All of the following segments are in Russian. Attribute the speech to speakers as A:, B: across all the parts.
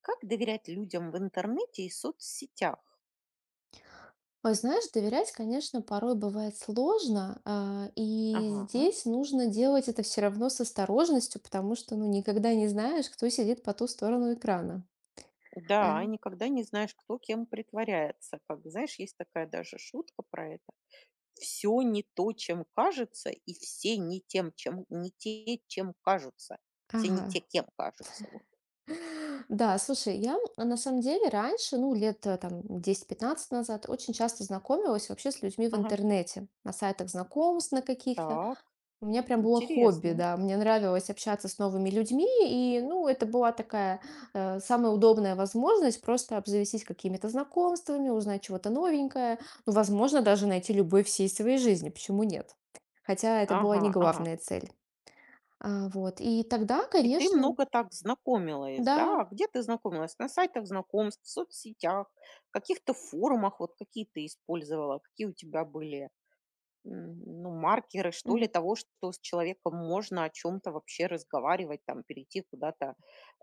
A: Как доверять людям в интернете и соцсетях?
B: Ой, знаешь, доверять, конечно, порой бывает сложно, и
A: Ага.
B: здесь нужно делать это все равно с осторожностью, потому что, ну, никогда не знаешь, кто сидит по ту сторону экрана.
A: Да,
B: Э,
A: никогда не знаешь, кто кем притворяется. Как знаешь, есть такая даже шутка про это. Все не то, чем кажется, и все не тем, чем не те, чем кажутся. Все не
B: Ага.
A: те, кем кажутся. Вот.
B: Да, слушай, я на самом деле раньше, ну, лет там 10-15 назад, очень часто знакомилась вообще с людьми в
A: Ага.
B: интернете, на сайтах знакомств на каких-то.
A: Так,
B: У меня прям было хобби,
A: интересно.
B: да. Мне нравилось общаться с новыми людьми, и, ну, это была такая самая удобная возможность просто обзавестись какими-то знакомствами, узнать чего-то новенькое, ну, возможно, даже найти любовь всей своей жизни, почему нет? Хотя это была
A: Ага,
B: не
A: ага.
B: главная цель. А, вот. И тогда,
A: И ты
B: конечно,
A: много так знакомилась, да?
B: да.
A: А где ты знакомилась? На сайтах знакомств, в соцсетях, в каких-то форумах, вот какие ты использовала, какие у тебя были ну, маркеры, что ли, того, что с человеком можно о чем-то вообще разговаривать, там, перейти куда-то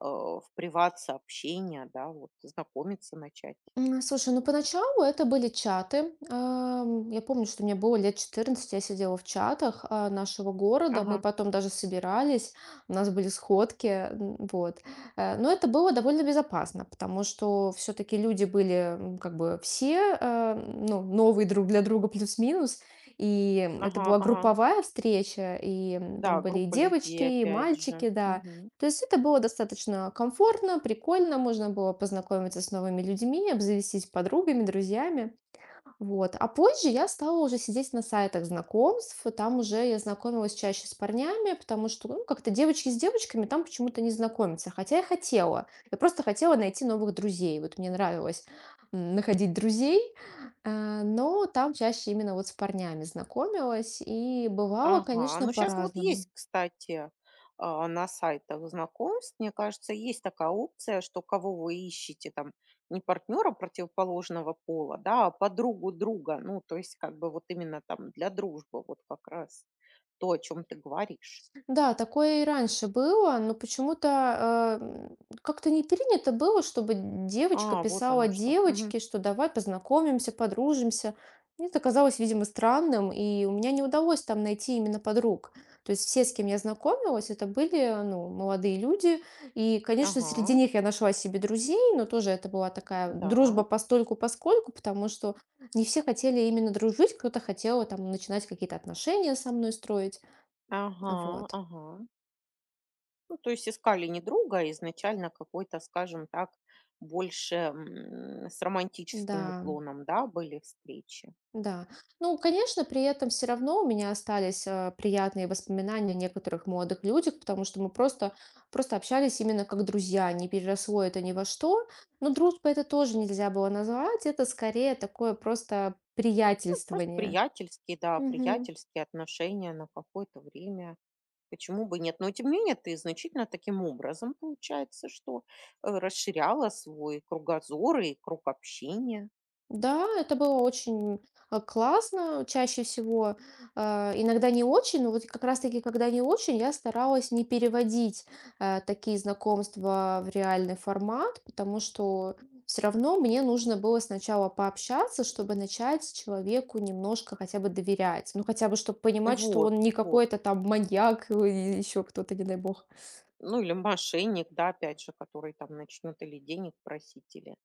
A: в приват сообщения, да, вот, знакомиться начать.
B: Слушай, ну поначалу это были чаты. Я помню, что мне было лет 14, я сидела в чатах нашего города, мы
A: Ага,
B: потом даже собирались, у нас были сходки, вот. Но это было довольно безопасно, потому что все-таки люди были как бы все, ну, новые друг для друга плюс-минус, и это
A: ага,
B: была
A: ага.
B: групповая встреча, и
A: Да,
B: там были и
A: группа
B: девочки,
A: людей,
B: и
A: опять же.
B: мальчики, да,
A: Мгм.
B: то есть это было достаточно комфортно, прикольно, можно было познакомиться с новыми людьми, обзавестись подругами, друзьями. Вот. А позже я стала уже сидеть на сайтах знакомств, там уже я знакомилась чаще с парнями, потому что, ну, как-то девочки с девочками там почему-то не знакомятся, хотя я хотела. Я просто хотела найти новых друзей, вот мне нравилось находить друзей, но там чаще именно вот с парнями знакомилась, и бывало,
A: Ага,
B: конечно,
A: ну сейчас вот
B: по-разному.
A: есть, кстати, на сайтах знакомств, мне кажется, есть такая опция, что кого вы ищете, там, не партнера противоположного пола, да, а подругу друга, ну, то есть как бы вот именно там для дружбы, вот как раз то, о чем ты говоришь.
B: Да, такое и раньше было, но почему-то, как-то не принято было, чтобы девочка
A: А, вот
B: писала
A: оно что. Мгм.
B: девочке, что давай познакомимся, подружимся. Мне это казалось, видимо, странным, и у меня не удалось там найти именно подруг. То есть все, с кем я знакомилась, это были, ну, молодые люди. И, конечно, среди
A: Ага,
B: них я нашла себе друзей, но тоже это была такая
A: да,
B: дружба постольку-поскольку, потому что не все хотели именно дружить, кто-то хотел там начинать какие-то отношения со мной строить.
A: ага,
B: Вот.
A: ага. Ну, то есть искали не друга, а изначально какой-то, скажем так, больше с
B: Да,
A: романтическим уклоном, да, были встречи.
B: да. Ну, конечно, при этом все равно у меня остались приятные воспоминания о некоторых молодых людях, потому что мы просто общались именно как друзья, не переросло это ни во что. Но дружба это тоже нельзя было назвать, это скорее такое просто
A: Ну, просто
B: приятельствование.
A: приятельские, да,
B: Мгм.
A: приятельские отношения на какое-то время. Почему бы и нет? Но тем не менее ты значительно таким образом, получается, что расширяла свой кругозор и круг общения.
B: Да, это было очень, классно. Чаще всего, иногда не очень, но вот как раз-таки, когда не очень, я старалась не переводить, такие знакомства в реальный формат, потому что все равно мне нужно было сначала пообщаться, чтобы начать человеку немножко хотя бы доверять. Ну, хотя бы чтобы понимать, что он
A: Вот,
B: не
A: вот.
B: какой-то там маньяк, или еще кто-то, не дай бог.
A: Ну или мошенник, да, опять же, который там начнет или денег просить, или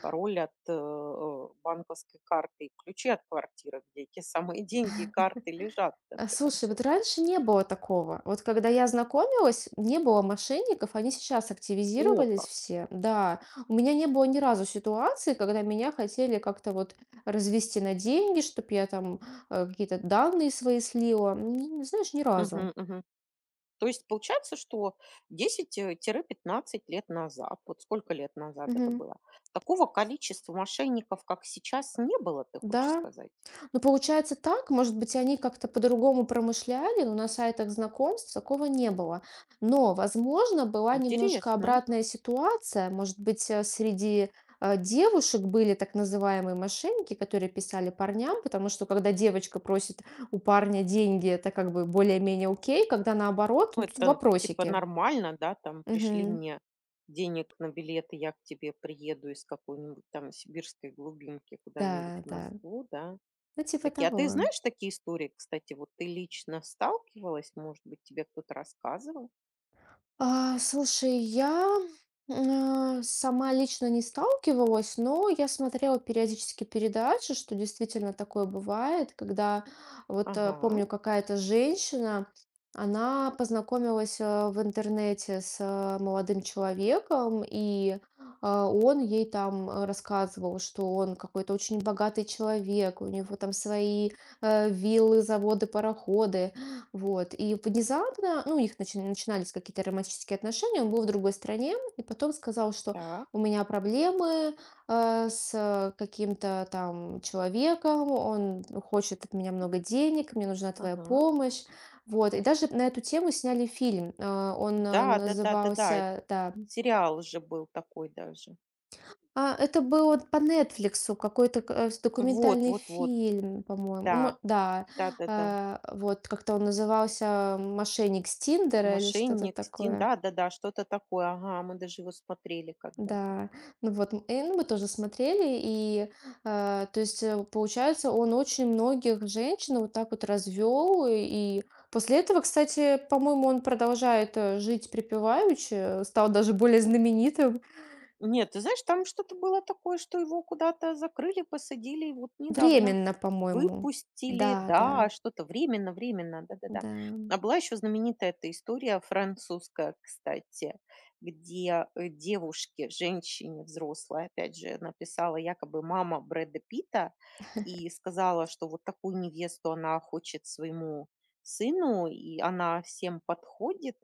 A: пароль от банковской карты и ключи от квартиры, где эти самые деньги и карты лежат, в
B: А,
A: конце
B: слушай,
A: концов.
B: вот раньше не было такого. Вот когда я знакомилась, не было мошенников, они сейчас
A: О,
B: активизировались
A: как.
B: все. Да, у меня не было ни разу ситуации, когда меня хотели как-то вот развести на деньги, чтобы я там какие-то данные свои слила. Знаешь, ни разу.
A: Мгм, мгм. То есть получается, что 10 15 лет назад, вот сколько лет назад это
B: Мгм.
A: было, такого количества мошенников, как сейчас, не было, ты хочешь
B: Да,
A: сказать?
B: ну, получается так, может быть, они как-то по-другому промышляли, но на сайтах знакомств такого не было. Но, возможно, была немножко
A: Интересно.
B: обратная ситуация. Может быть, среди девушек были так называемые мошенники, которые писали парням, потому что когда девочка просит у парня деньги, это как бы более-менее окей, когда наоборот,
A: Ну,
B: ну, тут
A: это типа
B: вопросики.
A: нормально, да, там пришли
B: Мгм.
A: мне денег на билеты, я к тебе приеду из какой-нибудь там сибирской глубинки куда-нибудь
B: Да,
A: в
B: да.
A: Москву, да.
B: Ну, типа
A: Такие. А ты
B: того.
A: знаешь такие истории, кстати, вот ты лично сталкивалась, может быть, тебе кто-то рассказывал?
B: Слушай, я сама лично не сталкивалась, но я смотрела периодически передачи, что действительно такое бывает, когда вот
A: Ага,
B: помню, какая-то женщина, она познакомилась в интернете с молодым человеком, и он ей там рассказывал, что он какой-то очень богатый человек, у него там свои виллы, заводы, пароходы. Вот, и внезапно, ну, у них начинались какие-то романтические отношения, он был в другой стране, и потом сказал, что
A: так,
B: у меня проблемы с каким-то там человеком, он хочет от меня много денег, мне нужна твоя
A: ага.
B: помощь, вот, и даже на эту тему сняли фильм. Он
A: Да, да-да-да-да,
B: назывался, да,
A: сериал же был такой даже.
B: это был вот по «Нетфликсу» какой-то к э, с
A: Вот,
B: документальный
A: вот, вот,
B: фильм, по-моему.
A: да,
B: Мо Да,
A: да-да-да.
B: вот как-то он назывался «Мошенник с Тиндера» или что-то
A: "Мошенник", "Стин",
B: такое.
A: да-да-да, что-то такое. Ага, мы даже его смотрели когда-то.
B: Да, ну вот, и, ну, мы тоже смотрели, и, то есть, получается, он очень многих женщин вот так вот развел. И после этого, кстати, по-моему, он продолжает, жить припеваючи, стал даже более знаменитым.
A: Нет, ты знаешь, там что-то было такое, что его куда-то закрыли, посадили, и вот недавно
B: Временно, по-моему.
A: выпустили,
B: Да,
A: да,
B: да,
A: что-то временно, временно, да-да-да.
B: да.
A: А была еще знаменитая эта история французская, кстати, где девушке, женщине взрослой, опять же, написала якобы мама Брэда Питта и сказала, что вот такую невесту она хочет своему сыну, и она всем подходит,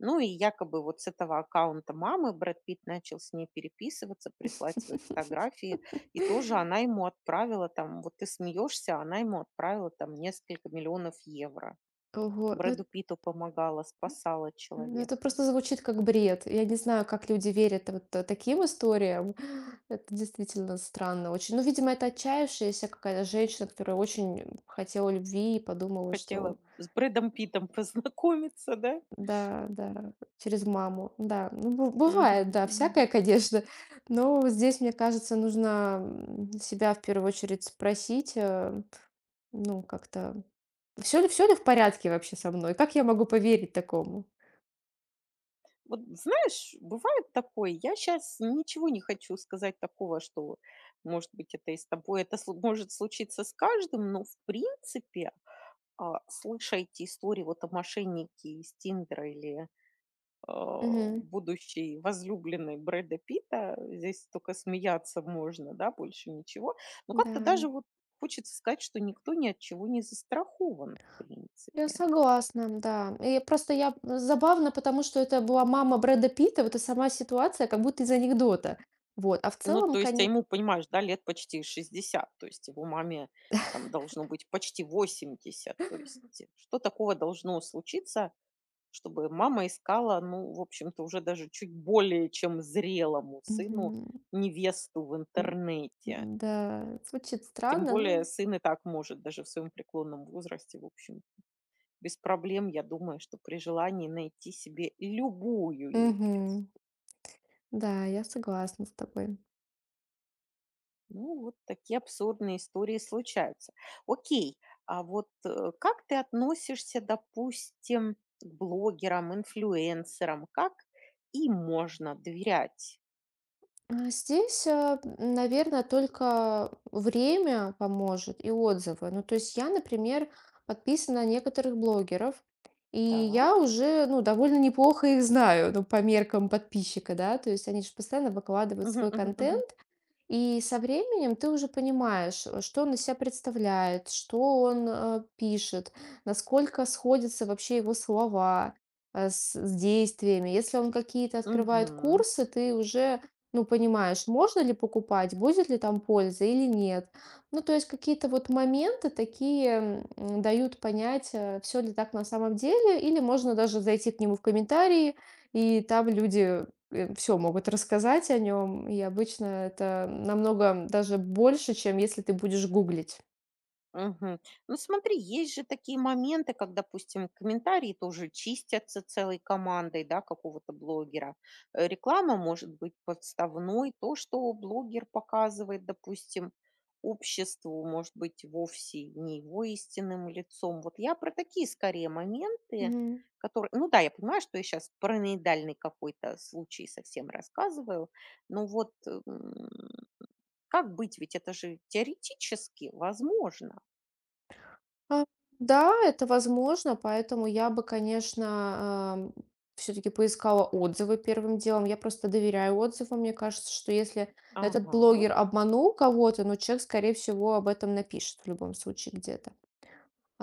A: ну и якобы вот с этого аккаунта мамы Брэд Питт начал с ней переписываться, прислать свои фотографии. И тоже она ему отправила там, вот ты смеешься, а она ему отправила там несколько миллионов евро.
B: Ого, ну эт
A: Брэду Питту помогала, спасала
B: ну это
A: человека.
B: просто звучит как бред. Я не знаю, как люди верят вот таким историям. Это действительно странно очень. Ну, видимо, это отчаявшаяся какая-то женщина, которая очень хотела любви и подумала, что
A: Хотела с Брэдом Питтом познакомиться, да?
B: да, да, через маму. Да, ну б
A: Мгм,
B: бывает, да,
A: мгм.
B: всякое, конечно. Но вот здесь, мне кажется, нужно, себя в первую очередь спросить, ну, как-то: все ли в порядке вообще со мной? Как я могу поверить такому?
A: Вот знаешь, бывает такое, я сейчас ничего не хочу сказать такого, что, может быть, это и с тобой, это может случиться с каждым, но в принципе, слыша эти истории вот о мошеннике из "Тиндера" или,
B: Мгм.
A: будущей возлюбленной Брэда Питта? Здесь только смеяться можно, да, больше ничего. Но
B: Да,
A: как-то даже вот хочется сказать, что никто ни от чего не застрахован, в
B: я
A: принципе.
B: согласна, да. И просто я забавно, потому что это была мама Брэда Питта, вот и сама ситуация как будто из анекдота. Вот, а в
A: Ну,
B: целом,
A: то есть, а
B: кон
A: ему, понимаешь, да, лет почти 60, то есть его маме там должно быть почти 80. То есть, что такого должно случиться, чтобы мама искала, ну, в общем-то, уже даже чуть более чем зрелому сыну
B: Мгм.
A: невесту в
B: М,
A: интернете.
B: да, звучит
A: Тем
B: странно,
A: более
B: но
A: сын и так может даже в своем преклонном возрасте, в общем, без проблем, я думаю, что при желании найти себе любую
B: Мгм.
A: невесту.
B: Да, я согласна с тобой.
A: Ну, вот такие абсурдные истории случаются. Окей, а вот как ты относишься, допустим, к блогерам, инфлюенсерам? Как им можно доверять?
B: Здесь, наверное, только время поможет и отзывы. Ну, то есть я, например, подписана на некоторых блогеров, и
A: Так.
B: я уже, ну, довольно неплохо их знаю, ну, по меркам подписчика, да, то есть они же постоянно выкладывают
A: Мгм,
B: свой
A: мгм, мгм.
B: контент, и со временем ты уже понимаешь, что он из себя представляет, что он пишет, насколько сходятся вообще его слова с действиями. Если он какие-то открывает
A: Мгм,
B: курсы, ты уже, ну, понимаешь, можно ли покупать, будет ли там польза или нет. Ну, то есть какие-то вот моменты такие дают понять, все ли так на самом деле, или можно даже зайти к нему в комментарии, и там люди все могут рассказать о нем, и обычно это намного даже больше, чем если ты будешь гуглить.
A: мгм. Ну, смотри, есть же такие моменты, как, допустим, комментарии тоже чистятся целой командой, да, какого-то блогера. Реклама может быть подставной. То, что блогер показывает, допустим, обществу, может быть, вовсе не его истинным лицом. Вот я про такие скорее моменты,
B: Мгм.
A: Ну да, я понимаю, что я сейчас параноидальный какой-то случай совсем рассказываю, но вот м, как быть? Ведь это же теоретически возможно.
B: А, Да, это возможно, поэтому я бы, конечно, все-таки поискала отзывы первым делом. Я просто доверяю отзывам. Мне кажется, что если этот
A: Ага.
B: блогер обманул кого-то, ну, человек, скорее всего, об этом напишет в любом случае где-то.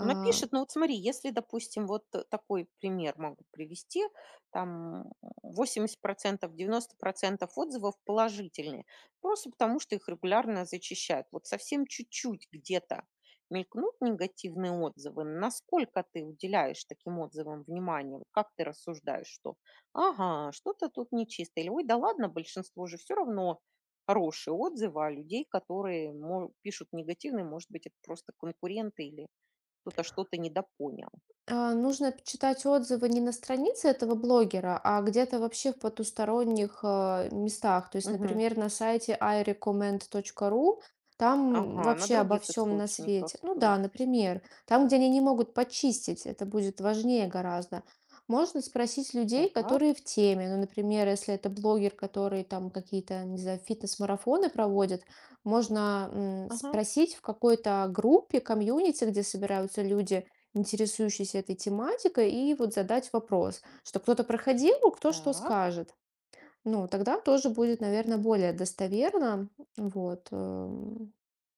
A: Она пишет, ну вот смотри, если, допустим, вот такой пример могу привести, там 80%, 90% отзывов положительные, просто потому что их регулярно зачищают. Вот совсем чуть-чуть где-то мелькнут негативные отзывы, насколько ты уделяешь таким отзывам внимание? Вот как ты рассуждаешь, что ага, что-то тут нечисто, или ой, да ладно, большинство же все равно хорошие отзывы, а людей, которые пишут негативные, может быть, это просто конкуренты или кто-то что-то недопонял.
B: Нужно читать отзывы не на странице этого блогера, а где-то вообще в потусторонних, местах. То есть,
A: Мгм.
B: например, на сайте irecommend.ru, там
A: Ага, на
B: вообще обо
A: других
B: всем на
A: источниках,
B: свете. Ну
A: то
B: да,
A: есть.
B: например, там, где они не могут почистить, это будет важнее гораздо. Можно спросить людей,
A: Так.
B: которые в теме. Ну, например, если это блогер, который там какие-то, не знаю, фитнес-марафоны проводит, можно,
A: Ага.
B: спросить в какой-то группе, комьюнити, где собираются люди, интересующийся этой тематикой, и вот задать вопрос, что кто-то проходил, а кто что
A: Так.
B: скажет. Ну, тогда тоже будет, наверное, более достоверно. Вот.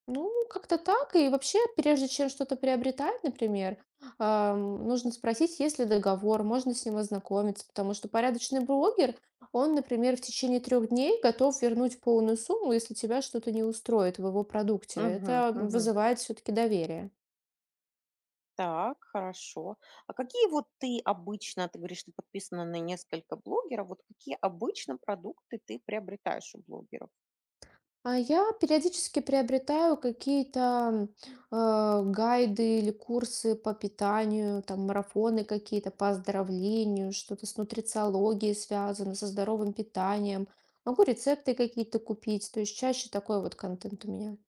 B: Ну, как-то так. И вообще, прежде чем что-то приобретать, например, нужно спросить, есть ли договор, можно с ним ознакомиться, потому что порядочный блогер, он, например, в течение 3 дней готов вернуть полную сумму, если тебя что-то не устроит в его продукте.
A: Мгм,
B: Это
A: мгм.
B: вызывает все-таки доверие.
A: Так, хорошо. А какие вот ты обычно, ты говоришь, ты подписана на несколько блогеров, вот какие обычно продукты ты приобретаешь у блогеров?
B: А я периодически приобретаю какие-то гайды или курсы по питанию, там марафоны какие-то по оздоровлению, что-то с нутрициологией связано, со здоровым питанием. Могу рецепты какие-то купить, то есть чаще такой вот контент у меня.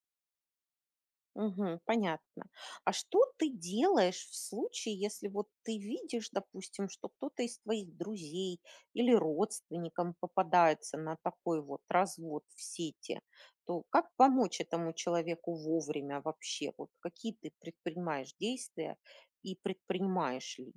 A: Мгм. Понятно. А что ты делаешь в случае, если вот ты видишь, допустим, что кто-то из твоих друзей или родственникам попадается на такой вот развод в сети, то как помочь этому человеку вовремя вообще? Вот какие ты предпринимаешь действия и предпринимаешь ли?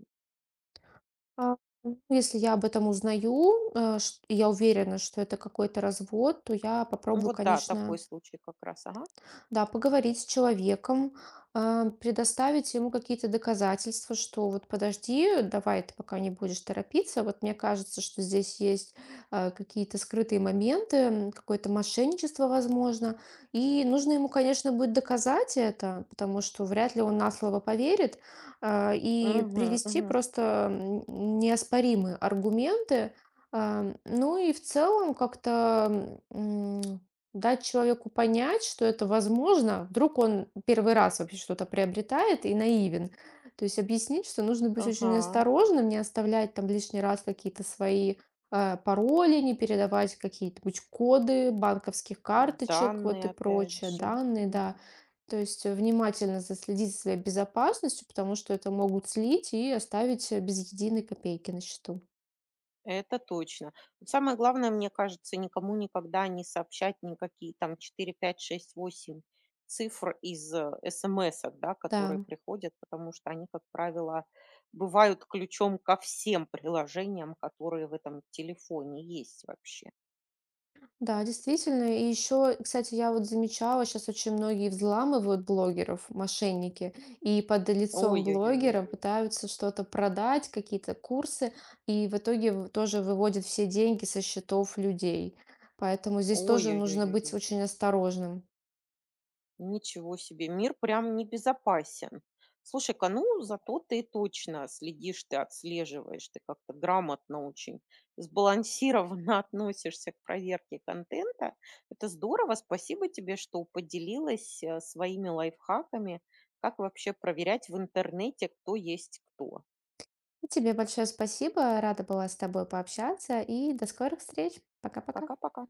B: А, ну, если я об этом узнаю, и я уверена, что это какой-то развод, то я
A: Ну
B: попробую,
A: вот, да, такой
B: конечно,
A: случай как раз. Ага.
B: да, поговорить с человеком, предоставить ему какие-то доказательства, что вот подожди, давай ты пока не будешь торопиться. Вот мне кажется, что здесь есть какие-то скрытые моменты, какое-то мошенничество, возможно. И нужно ему, конечно, будет доказать это, потому что вряд ли он на слово поверит. И
A: Мгм,
B: привести
A: мгм.
B: просто неоспоримые аргументы. Ну и в целом как-то дать человеку понять, что это возможно. Вдруг он первый раз вообще что-то приобретает и наивен. То есть объяснить, что нужно быть очень
A: Ага.
B: осторожным, не оставлять там лишний раз какие-то свои пароли, не передавать какие-нибудь коды банковских карточек вот и
A: Данные опять
B: прочее,
A: же.
B: данные, да. То есть внимательно заследить за своей безопасностью, потому что это могут слить и оставить без единой копейки на счету.
A: Это точно. Вот самое главное, мне кажется, никому никогда не сообщать никакие там 4, 5, 6, 8 цифр из смс, да, которые
B: Да.
A: приходят, потому что они, как правило, бывают ключом ко всем приложениям, которые в этом телефоне есть вообще.
B: Да, действительно. И еще, кстати, я вот замечала, сейчас очень многие взламывают блогеров, мошенники, и под лицом блогера
A: Ой-ой-ой-ой-ой.
B: пытаются что-то продать, какие-то курсы, и в итоге тоже выводят все деньги со счетов людей. Поэтому здесь тоже нужно быть
A: Ой-ой-ой-ой-ой.
B: очень осторожным.
A: Ничего себе, мир прям небезопасен. Слушай-ка, ну зато ты точно следишь, ты отслеживаешь, ты как-то грамотно очень, сбалансированно относишься к проверке контента. Это здорово, спасибо тебе, что поделилась своими лайфхаками, как вообще проверять в интернете, кто есть кто.
B: Тебе большое спасибо, рада была с тобой пообщаться, и до скорых встреч. Пока-пока.
A: Пока-пока.